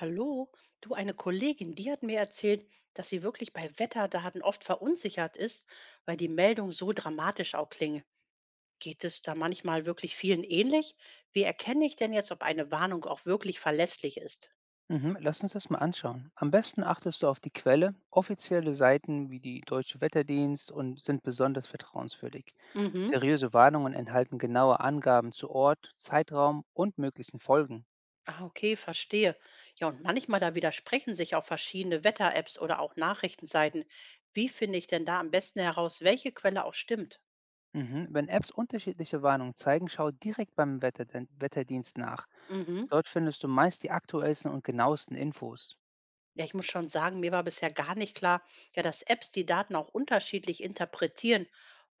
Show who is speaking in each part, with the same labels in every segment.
Speaker 1: Hallo, du, eine Kollegin, die hat mir erzählt, dass sie wirklich bei Wetterdaten oft verunsichert ist, weil die Meldungen so dramatisch auch klingen. Geht es da manchmal wirklich vielen ähnlich? Wie erkenne ich denn jetzt, ob eine Warnung auch wirklich verlässlich ist?
Speaker 2: Mhm, lass uns das mal anschauen. Am besten achtest du auf die Quelle. Offizielle Seiten wie die Deutsche Wetterdienst und sind besonders vertrauenswürdig.
Speaker 1: Mhm.
Speaker 2: Seriöse Warnungen enthalten genaue Angaben zu Ort, Zeitraum und möglichen Folgen.
Speaker 1: Ah, okay, verstehe. Ja, und manchmal da widersprechen sich auch verschiedene Wetter-Apps oder auch Nachrichtenseiten. Wie finde ich denn da am besten heraus, welche Quelle auch stimmt?
Speaker 2: Mhm. Wenn Apps unterschiedliche Warnungen zeigen, schau direkt beim Wetterdienst nach.
Speaker 1: Mhm.
Speaker 2: Dort findest du meist die aktuellsten und genauesten Infos.
Speaker 1: Ja, ich muss schon sagen, mir war bisher gar nicht klar, ja, dass Apps die Daten auch unterschiedlich interpretieren.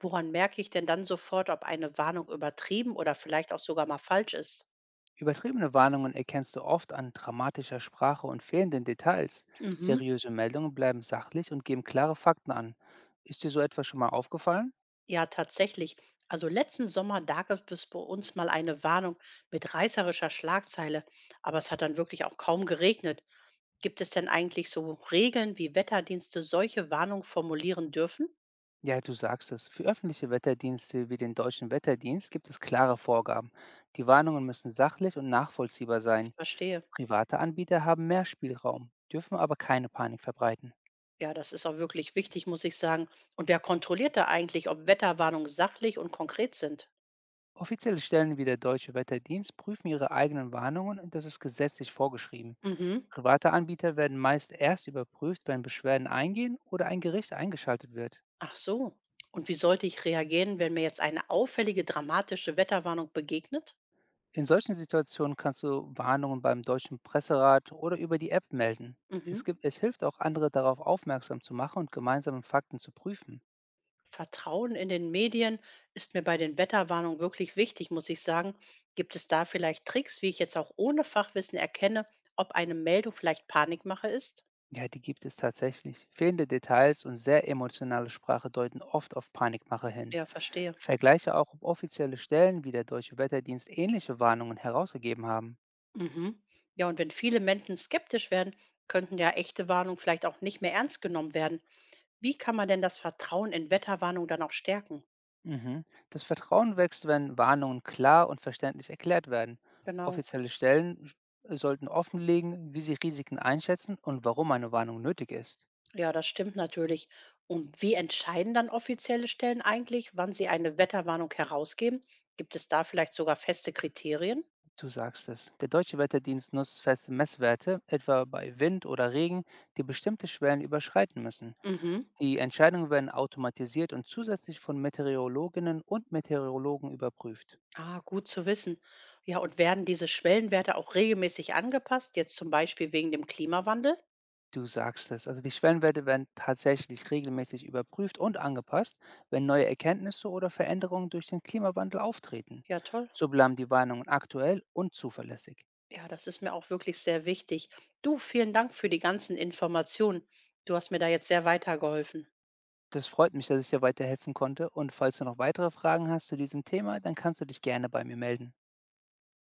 Speaker 1: Woran merke ich denn dann sofort, ob eine Warnung übertrieben oder vielleicht auch sogar mal falsch ist?
Speaker 2: Übertriebene Warnungen erkennst du oft an dramatischer Sprache und fehlenden Details.
Speaker 1: Mhm.
Speaker 2: Seriöse Meldungen bleiben sachlich und geben klare Fakten an. Ist dir so etwas schon mal aufgefallen?
Speaker 1: Ja, tatsächlich. Also letzten Sommer, da gab es bei uns mal eine Warnung mit reißerischer Schlagzeile, aber es hat dann wirklich auch kaum geregnet. Gibt es denn eigentlich so Regeln, wie Wetterdienste solche Warnungen formulieren dürfen?
Speaker 2: Ja, du sagst es. Für öffentliche Wetterdienste wie den Deutschen Wetterdienst gibt es klare Vorgaben. Die Warnungen müssen sachlich und nachvollziehbar sein.
Speaker 1: Verstehe.
Speaker 2: Private Anbieter haben mehr Spielraum, dürfen aber keine Panik verbreiten.
Speaker 1: Ja, das ist auch wirklich wichtig, muss ich sagen. Und wer kontrolliert da eigentlich, ob Wetterwarnungen sachlich und konkret sind?
Speaker 2: Offizielle Stellen wie der Deutsche Wetterdienst prüfen ihre eigenen Warnungen und das ist gesetzlich vorgeschrieben.
Speaker 1: Mhm.
Speaker 2: Private Anbieter werden meist erst überprüft, wenn Beschwerden eingehen oder ein Gericht eingeschaltet wird.
Speaker 1: Ach so. Und wie sollte ich reagieren, wenn mir jetzt eine auffällige, dramatische Wetterwarnung begegnet?
Speaker 2: In solchen Situationen kannst du Warnungen beim Deutschen Presserat oder über die App melden. Es,
Speaker 1: Mhm.
Speaker 2: gibt, es hilft auch, andere darauf aufmerksam zu machen und gemeinsame Fakten zu prüfen.
Speaker 1: Vertrauen in den Medien ist mir bei den Wetterwarnungen wirklich wichtig, muss ich sagen. Gibt es da vielleicht Tricks, wie ich jetzt auch ohne Fachwissen erkenne, ob eine Meldung vielleicht Panikmache ist?
Speaker 2: Ja, die gibt es tatsächlich. Fehlende Details und sehr emotionale Sprache deuten oft auf Panikmache hin.
Speaker 1: Ja, verstehe.
Speaker 2: Vergleiche auch, ob offizielle Stellen wie der Deutsche Wetterdienst ähnliche Warnungen herausgegeben haben.
Speaker 1: Mhm. Ja, und wenn viele Menschen skeptisch werden, könnten ja echte Warnungen vielleicht auch nicht mehr ernst genommen werden. Wie kann man denn das Vertrauen in Wetterwarnungen dann auch stärken?
Speaker 2: Mhm. Das Vertrauen wächst, wenn Warnungen klar und verständlich erklärt werden.
Speaker 1: Genau.
Speaker 2: Offizielle Stellen sollten offenlegen, wie sie Risiken einschätzen und warum eine Warnung nötig ist.
Speaker 1: Ja, das stimmt natürlich. Und wie entscheiden dann offizielle Stellen eigentlich, wann sie eine Wetterwarnung herausgeben? Gibt es da vielleicht sogar feste Kriterien?
Speaker 2: Du sagst es. Der deutsche Wetterdienst nutzt feste Messwerte, etwa bei Wind oder Regen, die bestimmte Schwellen überschreiten müssen.
Speaker 1: Mhm.
Speaker 2: Die Entscheidungen werden automatisiert und zusätzlich von Meteorologinnen und Meteorologen überprüft.
Speaker 1: Ah, gut zu wissen. Ja, und werden diese Schwellenwerte auch regelmäßig angepasst, jetzt zum Beispiel wegen dem Klimawandel?
Speaker 2: Du sagst es. Also die Schwellenwerte werden tatsächlich regelmäßig überprüft und angepasst, wenn neue Erkenntnisse oder Veränderungen durch den Klimawandel auftreten.
Speaker 1: Ja, toll.
Speaker 2: So bleiben die Warnungen aktuell und zuverlässig.
Speaker 1: Ja, das ist mir auch wirklich sehr wichtig. Du, vielen Dank für die ganzen Informationen. Du hast mir da jetzt sehr weitergeholfen.
Speaker 2: Das freut mich, dass ich dir weiterhelfen konnte. Und falls du noch weitere Fragen hast zu diesem Thema, dann kannst du dich gerne bei mir melden.